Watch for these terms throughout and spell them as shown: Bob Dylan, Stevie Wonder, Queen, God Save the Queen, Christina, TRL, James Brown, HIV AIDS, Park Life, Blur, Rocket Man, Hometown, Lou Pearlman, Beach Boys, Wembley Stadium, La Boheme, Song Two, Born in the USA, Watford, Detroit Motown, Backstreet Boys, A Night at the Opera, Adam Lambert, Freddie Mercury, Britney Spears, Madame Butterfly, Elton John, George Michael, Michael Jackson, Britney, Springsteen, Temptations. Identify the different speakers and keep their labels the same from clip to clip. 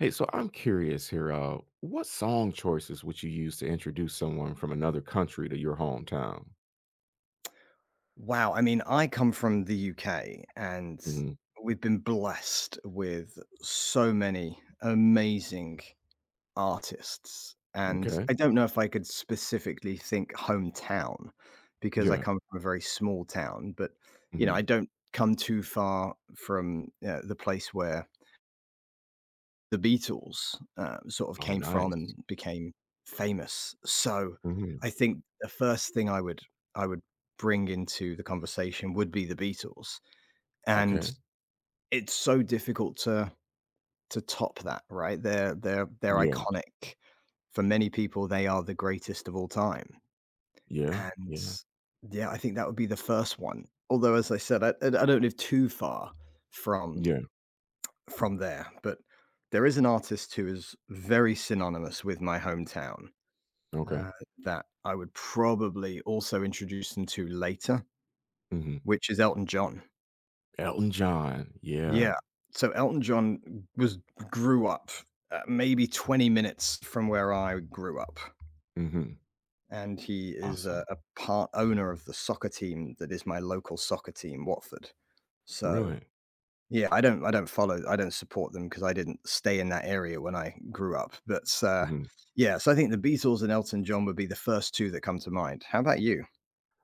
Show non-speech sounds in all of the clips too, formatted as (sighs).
Speaker 1: Hey, so I'm curious here. What song choices would you use to introduce someone from another country to your hometown?
Speaker 2: Wow, I mean, I come from the UK, and
Speaker 1: Mm,
Speaker 2: we've been blessed with so many amazing artists. And
Speaker 1: okay.
Speaker 2: I don't know if I could specifically think hometown because I
Speaker 1: Yeah.
Speaker 2: come from a very small town, but
Speaker 1: hmm
Speaker 2: I don't come too far from the place where the Beatles sort of
Speaker 1: Oh,
Speaker 2: came from
Speaker 1: nice.
Speaker 2: and became famous. So
Speaker 1: hmm
Speaker 2: I think the first thing I would bring into the conversation would be the Beatles, and
Speaker 1: Okay.
Speaker 2: it's so difficult to top that, right? They're
Speaker 1: Yeah.
Speaker 2: iconic. For many people, they are the greatest of all time,
Speaker 1: Yeah.
Speaker 2: and
Speaker 1: Yeah.
Speaker 2: yeah, I think that would be the first one. Although, as I said, I don't live too far from
Speaker 1: Yeah.
Speaker 2: from there, but there is an artist who is very synonymous with my hometown,
Speaker 1: Okay.
Speaker 2: uh, that I would probably also introduce them to later,
Speaker 1: hmm
Speaker 2: which is Elton John.
Speaker 1: Elton John.
Speaker 2: Yeah.
Speaker 1: Yeah.
Speaker 2: So Elton John was grew up, maybe 20 minutes from where I grew up,
Speaker 1: hmm
Speaker 2: and he is
Speaker 1: Awesome.
Speaker 2: a part owner of the soccer team that is my local soccer team, Watford. So
Speaker 1: Really?
Speaker 2: yeah, I don't support them because I didn't stay in that area when I grew up, but,
Speaker 1: Mm-hmm.
Speaker 2: yeah, so I think the Beatles and Elton John would be the first two that come to mind. How about you?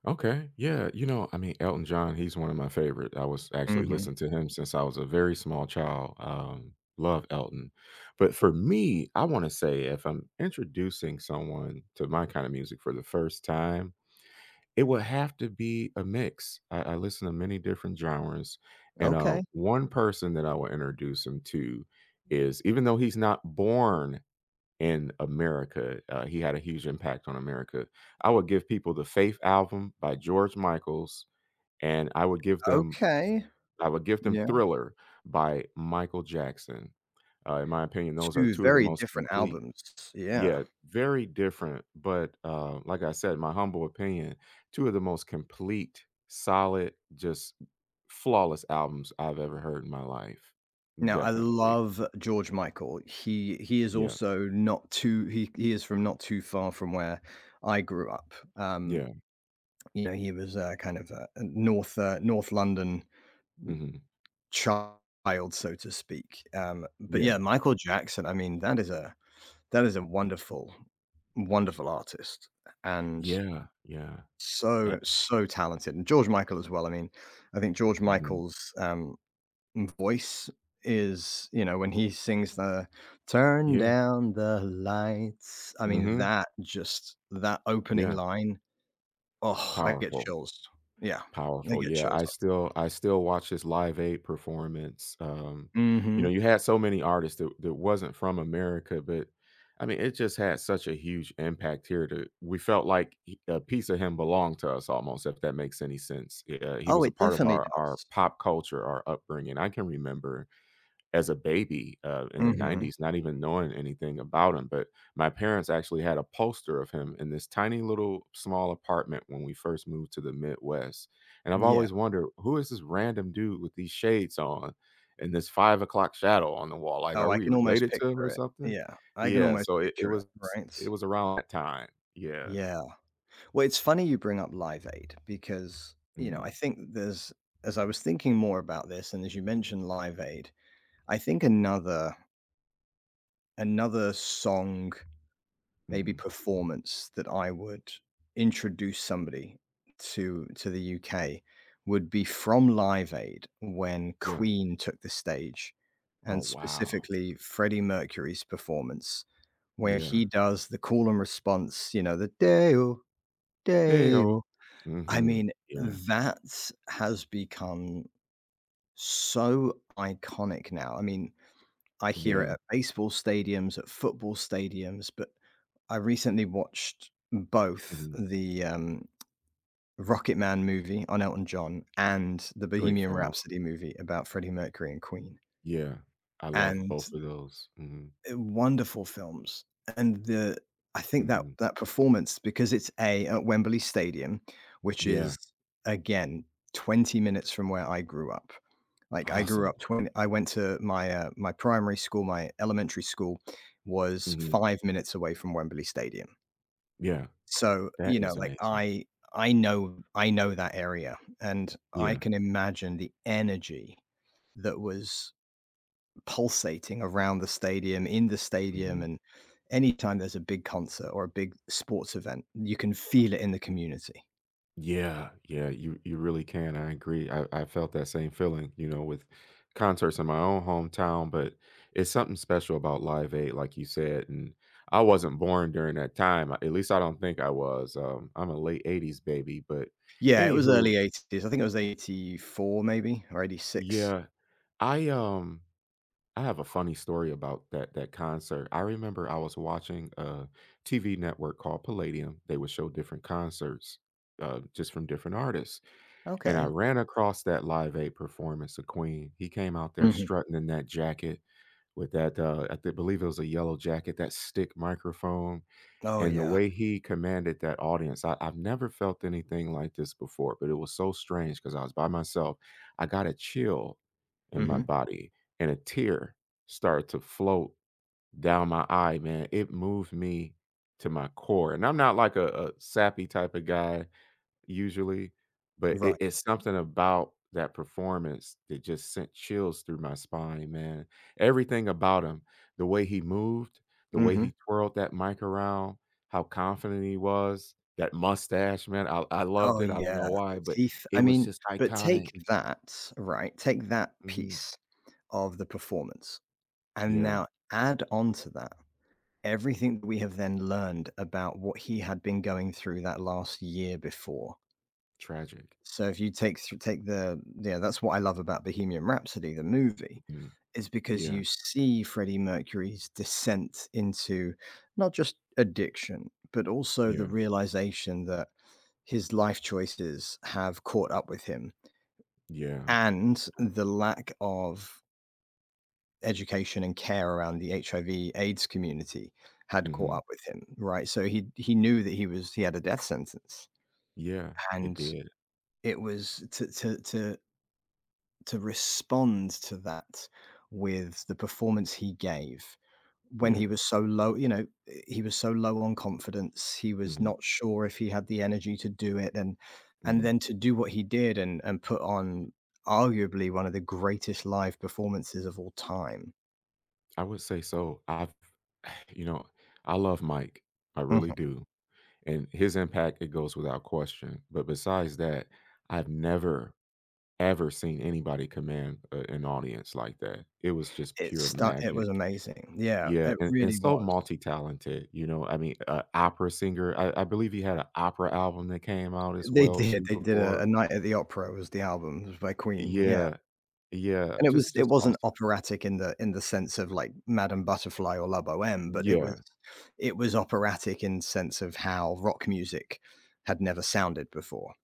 Speaker 1: Okay. Yeah. I mean, Elton John, he's one of my favorite. I was actually
Speaker 2: Mhm.
Speaker 1: listening to him since I was a very small child. Love Elton. But for me, I want to say if I'm introducing someone to my kind of music for the first time, it would have to be a mix. I listen to many different genres. And uh,
Speaker 2: Okay,
Speaker 1: one person that I will introduce him to is, even though he's not born in America. He had a huge impact on America. I would give people the Faith album by George Michaels, and I would give them
Speaker 2: okay. Yeah.
Speaker 1: Thriller by Michael Jackson. In my opinion, those are
Speaker 2: two
Speaker 1: two of the
Speaker 2: very
Speaker 1: most
Speaker 2: different
Speaker 1: complete.
Speaker 2: albums. Yeah.
Speaker 1: Yeah, very different, but like I said, my humble opinion, two of the most complete, solid, just flawless albums I've ever heard in my life.
Speaker 2: Now I
Speaker 1: Definitely.
Speaker 2: love George Michael. He is
Speaker 1: Yes.
Speaker 2: also not too he is from not too far from where I grew up.
Speaker 1: Yeah.
Speaker 2: You know, he was, kind of, North, North London
Speaker 1: hmm
Speaker 2: child, so to speak. But yeah,
Speaker 1: Yeah.
Speaker 2: Michael Jackson, I mean, that is a wonderful, wonderful artist and
Speaker 1: Yeah. Yeah. E-
Speaker 2: so, so talented. And George Michael as well. I mean, I think George
Speaker 1: Mhm.
Speaker 2: Michael's voice is, you know, when he sings the turn
Speaker 1: Yeah.
Speaker 2: down the lights, I mean,
Speaker 1: Mhm.
Speaker 2: that opening
Speaker 1: Yeah.
Speaker 2: line, oh, I get
Speaker 1: Powerful.
Speaker 2: chills. Yeah, I
Speaker 1: Powerful.
Speaker 2: get
Speaker 1: Yeah.
Speaker 2: chills.
Speaker 1: I still watch his Live Aid performance. You know,
Speaker 2: Mhm.
Speaker 1: you had so many artists that wasn't from America, but I mean, it just had such a huge impact here. To we felt like a piece of him belonged to us almost, if that makes any sense. Yeah, he
Speaker 2: Oh,
Speaker 1: was a
Speaker 2: it
Speaker 1: part of
Speaker 2: definitely
Speaker 1: our
Speaker 2: does.
Speaker 1: pop culture, our upbringing. I can remember as a baby, in the
Speaker 2: Mhm.
Speaker 1: 90s, not even knowing anything about him, but my parents actually had a poster of him in this tiny little small apartment when we first moved to the Midwest, and I've
Speaker 2: Yeah.
Speaker 1: always wondered, "Who is this random dude with these shades on and this 5 o'clock shadow on the wall? Like,
Speaker 2: Oh,
Speaker 1: are
Speaker 2: I
Speaker 1: we
Speaker 2: can almost
Speaker 1: related to him or
Speaker 2: picture it.
Speaker 1: something?"
Speaker 2: Yeah, I can
Speaker 1: Yeah,
Speaker 2: almost
Speaker 1: so it
Speaker 2: picture
Speaker 1: was
Speaker 2: it,
Speaker 1: it
Speaker 2: right?
Speaker 1: was around that time. Yeah.
Speaker 2: Yeah. Well, it's funny you bring up Live Aid because, you know, I
Speaker 1: Mhm,
Speaker 2: think there's as I was thinking more about this and as you mentioned Live Aid, I think another song maybe
Speaker 1: mhm,
Speaker 2: performance that I would introduce somebody to the UK would be from Live Aid when
Speaker 1: yeah.
Speaker 2: Queen took the stage,
Speaker 1: Oh,
Speaker 2: and
Speaker 1: wow.
Speaker 2: specifically Freddie Mercury's performance, where he
Speaker 1: Yeah.
Speaker 2: does the call and response, you know, the "Deo,
Speaker 1: Dale.
Speaker 2: Deo." I
Speaker 1: Mhm.
Speaker 2: mean,
Speaker 1: Yeah.
Speaker 2: that has become so iconic now. I mean, I hear it
Speaker 1: Yeah.
Speaker 2: at baseball stadiums, at football stadiums, but I recently watched both
Speaker 1: Mhm.
Speaker 2: the, Rocket Man movie on Elton John and the
Speaker 1: Great
Speaker 2: Bohemian
Speaker 1: film.
Speaker 2: Rhapsody movie about Freddie Mercury and Queen,
Speaker 1: Yeah, I love
Speaker 2: and,
Speaker 1: both of those. Mhm,
Speaker 2: wonderful films, and the I think that
Speaker 1: mhm.
Speaker 2: that performance because it's A, at Wembley Stadium, which is,
Speaker 1: Yeah,
Speaker 2: again, 20 minutes from where I grew up. Like, I grew
Speaker 1: awesome.
Speaker 2: up twenty, I went to my, my primary school, my elementary school was
Speaker 1: Mhm,
Speaker 2: five minutes away from Wembley Stadium.
Speaker 1: yeah,
Speaker 2: So,
Speaker 1: that
Speaker 2: you know,
Speaker 1: is
Speaker 2: like
Speaker 1: amazing.
Speaker 2: I know that area and I
Speaker 1: Yeah,
Speaker 2: can imagine the energy that was pulsating around the stadium, in the stadium,
Speaker 1: mhm.
Speaker 2: and anytime there's a big concert or a big sports event, you can feel it in the community.
Speaker 1: Yeah, yeah, you really can, I agree. I felt that same feeling, you know, with concerts in my own hometown, but it's something special about Live Aid, like you said, and I wasn't born during that time, at least I don't think I was, I'm a late '80s baby, but
Speaker 2: Yeah, it was
Speaker 1: anywho,
Speaker 2: early 80s. I think it was 84 maybe or 86.
Speaker 1: yeah, I, um I have a funny story about that concert. I remember I was watching a TV network called Palladium. They would show different concerts just from different artists, and I
Speaker 2: Okay.
Speaker 1: ran across that Live Aid performance of Queen. He came out there
Speaker 2: Mhm.
Speaker 1: strutting in that jacket with that believe it was a yellow jacket, that stick microphone,
Speaker 2: Oh,
Speaker 1: and the
Speaker 2: yeah.
Speaker 1: way he commanded that audience, I've never felt anything like this before, but it was so strange because I was by myself. I got a chill in my
Speaker 2: Mhm.
Speaker 1: body and a tear started to float down my eye, man. It moved me to my core. And I'm not like a sappy type of guy usually, but it
Speaker 2: Right.
Speaker 1: it's something about that performance that just sent chills through my spine, man. Everything about him, the way he moved, the way
Speaker 2: Mhm.
Speaker 1: he twirled that mic around, how confident he was, that mustache, man, I loved
Speaker 2: Oh,
Speaker 1: it, I don't
Speaker 2: yeah.
Speaker 1: know
Speaker 2: The
Speaker 1: why, but
Speaker 2: teeth. I
Speaker 1: it was
Speaker 2: mean,
Speaker 1: just
Speaker 2: but take
Speaker 1: iconic.
Speaker 2: that, right? Take that
Speaker 1: Mhm.
Speaker 2: piece of the performance. And
Speaker 1: Yeah,
Speaker 2: now add on to that everything that we have then learned about what he had been going through that last year before.
Speaker 1: tragic.
Speaker 2: So if you take take the yeah, that's what I love about Bohemian Rhapsody, the movie,
Speaker 1: Mhm.
Speaker 2: is because
Speaker 1: Yeah,
Speaker 2: you see Freddie Mercury's descent into not just addiction, but also the
Speaker 1: yeah,
Speaker 2: realization that his life choices have caught up with him
Speaker 1: yeah.
Speaker 2: and the lack of education and care around the HIV AIDS community had caught
Speaker 1: Mhm.
Speaker 2: up with him, right? So he knew that he was he had a death sentence.
Speaker 1: Yeah, it
Speaker 2: And
Speaker 1: did.
Speaker 2: it was to respond to that with the performance he gave when
Speaker 1: Yeah.
Speaker 2: he was so low, you know, he was so low on confidence, he was
Speaker 1: Mhm,
Speaker 2: not sure if he had the energy to do it and
Speaker 1: mhm.
Speaker 2: then to do what he did and put on arguably one of the greatest live performances of all time.
Speaker 1: I would say so. I've (sighs) you know, I love Mike. I really do. And his impact, it goes without question. But besides that, I've never ever seen anybody command an audience like that. It was just
Speaker 2: It
Speaker 1: pure
Speaker 2: stu it was
Speaker 1: magic.
Speaker 2: amazing. Yeah,
Speaker 1: Yeah,
Speaker 2: it
Speaker 1: and
Speaker 2: really
Speaker 1: so
Speaker 2: was.
Speaker 1: multi-talented, you know. I mean, opera singer. I believe he had an opera album that came out as
Speaker 2: They
Speaker 1: well
Speaker 2: did,
Speaker 1: too
Speaker 2: they did a A
Speaker 1: before.
Speaker 2: Night at the Opera was the album, it was by Queen, yeah,
Speaker 1: Yeah, yeah,
Speaker 2: and it was it
Speaker 1: just
Speaker 2: wasn't
Speaker 1: awesome.
Speaker 2: operatic in the sense of, like, Madame Butterfly or La Boheme, but
Speaker 1: Yeah,
Speaker 2: it was operatic in sense of how rock music had never sounded before.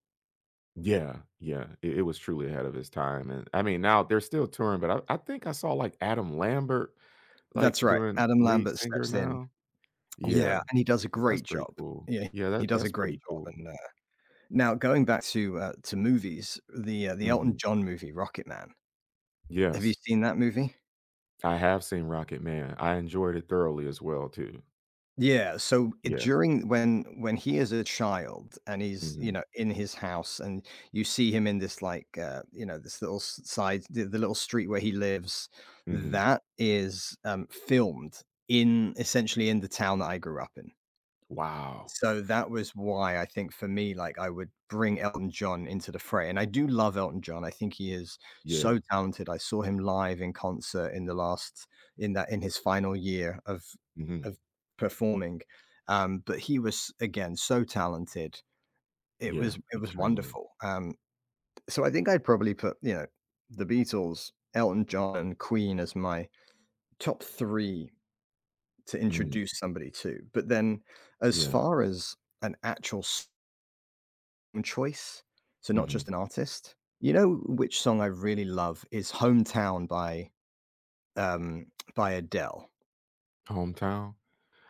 Speaker 1: Yeah, yeah, it was truly ahead of his time, and I mean, now they're still touring, but I think I saw like Adam Lambert like
Speaker 2: That's right,
Speaker 1: doing
Speaker 2: Adam
Speaker 1: lead
Speaker 2: Lambert
Speaker 1: singer
Speaker 2: steps in.
Speaker 1: now.
Speaker 2: Yeah,
Speaker 1: Yeah,
Speaker 2: and he does a
Speaker 1: that's
Speaker 2: great
Speaker 1: pretty
Speaker 2: job.
Speaker 1: cool.
Speaker 2: Yeah,
Speaker 1: Yeah,
Speaker 2: he
Speaker 1: that
Speaker 2: does a
Speaker 1: that's
Speaker 2: great
Speaker 1: pretty
Speaker 2: job,
Speaker 1: cool.
Speaker 2: and, now going back to, to movies, the Elton
Speaker 1: hmm
Speaker 2: John movie, Rocket Man. Have you
Speaker 1: Yes,
Speaker 2: seen that movie?
Speaker 1: I have seen Rocket Man. I enjoyed it thoroughly as well too.
Speaker 2: Yeah, so I
Speaker 1: Yeah.
Speaker 2: during when he is a child and he's, you
Speaker 1: hmm
Speaker 2: know, in his house and you see him in this like, you know, this little s side the little street where he lives,
Speaker 1: hmm
Speaker 2: that is, filmed in essentially in the town that I grew up in.
Speaker 1: Wow.
Speaker 2: So that was why I think for me, like I would bring Elton John into the fray. And I do love Elton John. I think he is
Speaker 1: Yeah.
Speaker 2: so talented. I saw him live in concert in the last in that in his final year
Speaker 1: hmm
Speaker 2: of performing. But he was again so talented. It
Speaker 1: Yeah.
Speaker 2: was it was
Speaker 1: Extremely.
Speaker 2: wonderful. So I think I'd probably put, you know, the Beatles, Elton John, and Queen as my top three to
Speaker 1: Mm.
Speaker 2: introduce somebody to. But then as
Speaker 1: Yeah.
Speaker 2: far as an actual choice, so not
Speaker 1: hmm
Speaker 2: just an artist. You know which song I really love is "Hometown" um, by Adele.
Speaker 1: Hometown.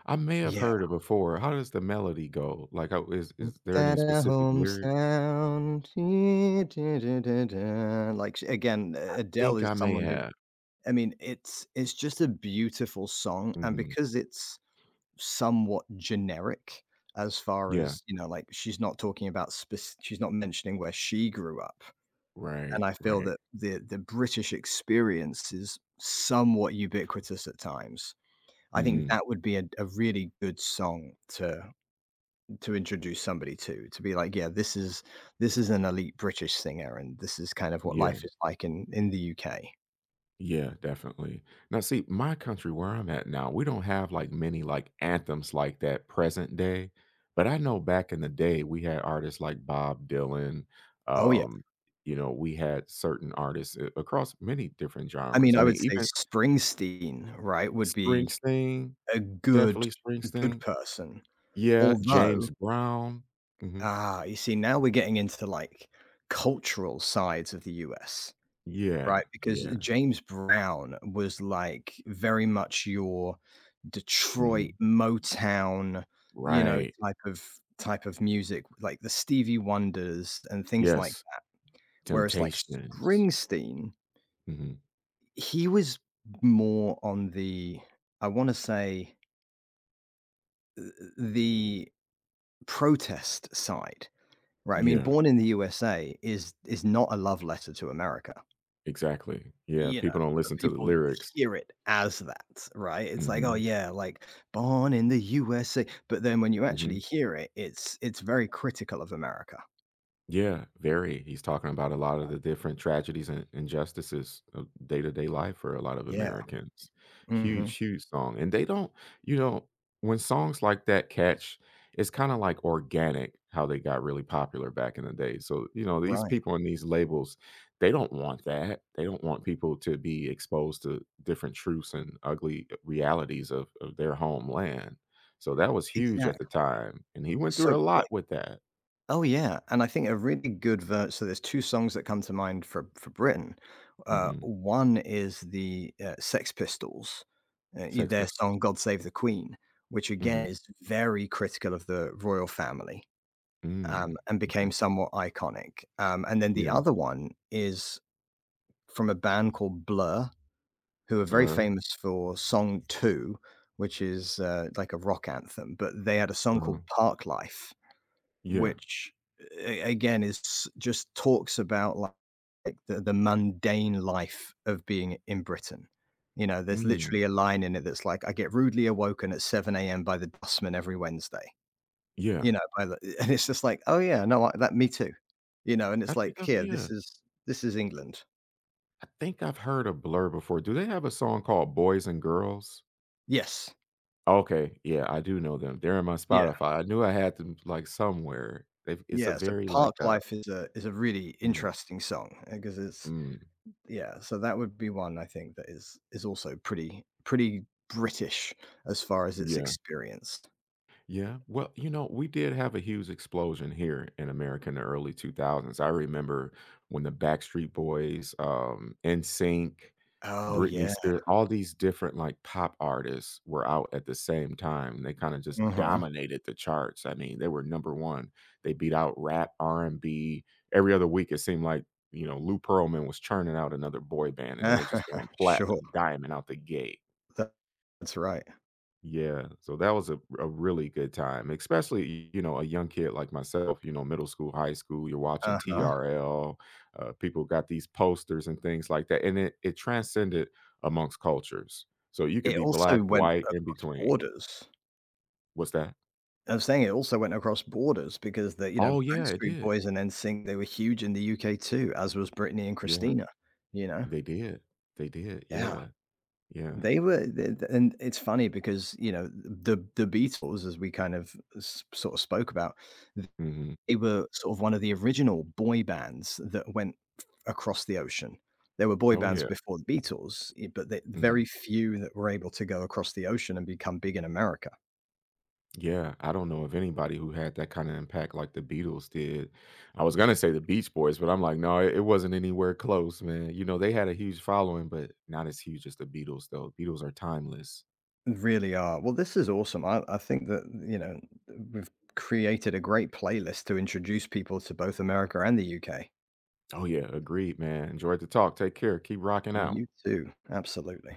Speaker 1: I may have
Speaker 2: Yeah.
Speaker 1: heard it before. How does the melody go? Like, how is there any specific lyric?
Speaker 2: Hometown. Like, again, Adele
Speaker 1: Think
Speaker 2: is
Speaker 1: I may
Speaker 2: someone who
Speaker 1: have.
Speaker 2: I mean, it's just a beautiful song, and
Speaker 1: Mhm.
Speaker 2: because it's somewhat generic as far
Speaker 1: Yeah.
Speaker 2: as, you know, like, she's not talking about spec she's not mentioning where she grew up. And
Speaker 1: Right,
Speaker 2: I feel
Speaker 1: right.
Speaker 2: that the British experience is somewhat ubiquitous at times. I think
Speaker 1: Mhm.
Speaker 2: that would be a really good song to introduce somebody to be like, yeah, this is an elite British singer, and this is kind of what
Speaker 1: Yeah,
Speaker 2: life is like in the UK.
Speaker 1: yeah, definitely. Now see, my country where I'm at now, we don't have, like, many, like, anthems like that present day, but I know back in the day, we had artists like Bob Dylan,
Speaker 2: Oh yeah,
Speaker 1: um, you know, we had certain artists a across many different
Speaker 2: I mean,
Speaker 1: genres. I
Speaker 2: I
Speaker 1: mean,
Speaker 2: would say
Speaker 1: even
Speaker 2: Springsteen, right, would be
Speaker 1: Springsteen,
Speaker 2: a good
Speaker 1: definitely
Speaker 2: good
Speaker 1: Springsteen.
Speaker 2: person.
Speaker 1: Yeah,
Speaker 2: Although,
Speaker 1: James Brown. Mhm.
Speaker 2: ah, you see, now we're getting into like cultural sides of the US.
Speaker 1: Yeah,
Speaker 2: Right, because
Speaker 1: yeah,
Speaker 2: James Brown was, like, very much your Detroit
Speaker 1: mhm.
Speaker 2: Motown, you know,
Speaker 1: Right.
Speaker 2: type of music, like the Stevie Wonders and things like
Speaker 1: Yes,
Speaker 2: that. Whereas, like,
Speaker 1: Temptations.
Speaker 2: Springsteen,
Speaker 1: Mhm.
Speaker 2: he was more on the, I wanna say, th the protest side, right? I mean,
Speaker 1: Yeah,
Speaker 2: Born in the USA is not a love letter to America.
Speaker 1: exactly. Yeah,
Speaker 2: You know,
Speaker 1: people don't
Speaker 2: but
Speaker 1: listen to the
Speaker 2: people
Speaker 1: lyrics.
Speaker 2: hear it as that, right? It's like, "Oh,
Speaker 1: Mhm,
Speaker 2: yeah, like, born in the USA," but then when you actually
Speaker 1: mhm.
Speaker 2: hear it, it's very critical of America.
Speaker 1: Yeah, very. He's talking about a lot of the different tragedies and injustices of day to day life for a lot of
Speaker 2: Yeah.
Speaker 1: Americans. Huge,
Speaker 2: Mhm.
Speaker 1: huge song. And they don't, you know, when songs like that catch, it's kind of like organic how they got really popular back in the day. So, you know, these
Speaker 2: Right.
Speaker 1: people in these labels, they don't want that. They don't want people to be exposed to different truths and ugly realities of their homeland. So that was huge at the
Speaker 2: Exactly.
Speaker 1: time. And he went through
Speaker 2: So,
Speaker 1: a lot
Speaker 2: like
Speaker 1: with that.
Speaker 2: oh, yeah, and I think a really good verse. So there's two songs that come to mind for Britain.
Speaker 1: hmm
Speaker 2: One is the, Sex Pistols,
Speaker 1: Sex
Speaker 2: their
Speaker 1: Pistols.
Speaker 2: song "God Save the Queen," which again
Speaker 1: Mhm.
Speaker 2: is very critical of the royal family.
Speaker 1: Mm.
Speaker 2: And
Speaker 1: Okay.
Speaker 2: became somewhat iconic. And then the
Speaker 1: Yeah.
Speaker 2: other one is from a band called Blur, who are very
Speaker 1: Blur.
Speaker 2: famous for Song Two, which is like a rock anthem. But they had a song
Speaker 1: Uh-huh.
Speaker 2: called Park Life,
Speaker 1: Yeah.
Speaker 2: which again just talks about like the mundane life of being in Britain. You know, there's
Speaker 1: Mm.
Speaker 2: literally a line in it that's like, I get rudely awoken at 7 a.m. by the dustman every Wednesday. You
Speaker 1: Yeah.
Speaker 2: know, by the (laughs) and it's just like, "Oh, yeah, no, I that me too." You know, and
Speaker 1: I
Speaker 2: it's
Speaker 1: think
Speaker 2: like,
Speaker 1: I've
Speaker 2: "Here,
Speaker 1: yeah.
Speaker 2: this is England."
Speaker 1: I think I've heard of Blur before. Do they have a song called Boys and Girls?
Speaker 2: Yes.
Speaker 1: Okay. Yeah, I do know them. They're in my
Speaker 2: Yeah,
Speaker 1: Spotify. I knew I had them, like, somewhere. They've it's a
Speaker 2: yeah, so
Speaker 1: very, like,
Speaker 2: Park Life is a really
Speaker 1: mm,
Speaker 2: interesting song, because it's
Speaker 1: mm.
Speaker 2: yeah, so that would be one I think that is also pretty pretty British as far as it's
Speaker 1: Yeah.
Speaker 2: experienced.
Speaker 1: Yeah. Well, you know, we did have a huge explosion here in America in the early 2000s. I remember when the Backstreet Boys, Sync,
Speaker 2: Oh,
Speaker 1: Britney
Speaker 2: yeah.
Speaker 1: Spears, all these different like pop artists were out at the same time. They kind of just
Speaker 2: Mhm.
Speaker 1: dominated the charts. I mean, they were number one. They beat out rap, R&B. Every other week, it seemed like, you know, Lou Pearlman was churning out another boy band and they were just going
Speaker 2: (laughs) Sure.
Speaker 1: platinum, diamond out the gate.
Speaker 2: Tha that's right.
Speaker 1: Yeah, so that was a really good time, especially, you know, a young kid like myself, you know, middle school, high school, you're watching
Speaker 2: Uh-huh.
Speaker 1: TRL, people got these posters and things like that, and it transcended amongst cultures. So you could
Speaker 2: It
Speaker 1: be black,
Speaker 2: also went
Speaker 1: white, in
Speaker 2: across
Speaker 1: between.
Speaker 2: borders.
Speaker 1: What's that?
Speaker 2: I was saying it also went across borders because the you know,
Speaker 1: Oh, yeah, it
Speaker 2: Backstreet
Speaker 1: did.
Speaker 2: Boys and NSYNC, they were huge in the UK too, as was Britney and
Speaker 1: Yeah,
Speaker 2: Christina, you know?
Speaker 1: they did. They did,
Speaker 2: Yeah.
Speaker 1: yeah, yeah.
Speaker 2: They were the and it's funny because, you know, the Beatles, as we kind of s sort of spoke about,
Speaker 1: Mhm.
Speaker 2: they were sort of one of the original boy bands that went across the ocean. There were boy
Speaker 1: Oh,
Speaker 2: bands
Speaker 1: yeah,
Speaker 2: before the Beatles, eh, but the very
Speaker 1: mhm.
Speaker 2: few that were able to go across the ocean and become big in America
Speaker 1: Yeah, I don't know of anybody who had that kind of impact like the Beatles did. I was gonna say the Beach Boys, but I'm like, no, it wasn't anywhere close, man. You know, they had a huge following, but not as huge as the Beatles, though. Beatles are timeless.
Speaker 2: really are. Well, this is awesome. I think that, you know, we've created a great playlist to introduce people to both America and the UK.
Speaker 1: Oh yeah, agreed, man. Enjoyed the talk. Take care. Keep rocking out.
Speaker 2: You too. Absolutely.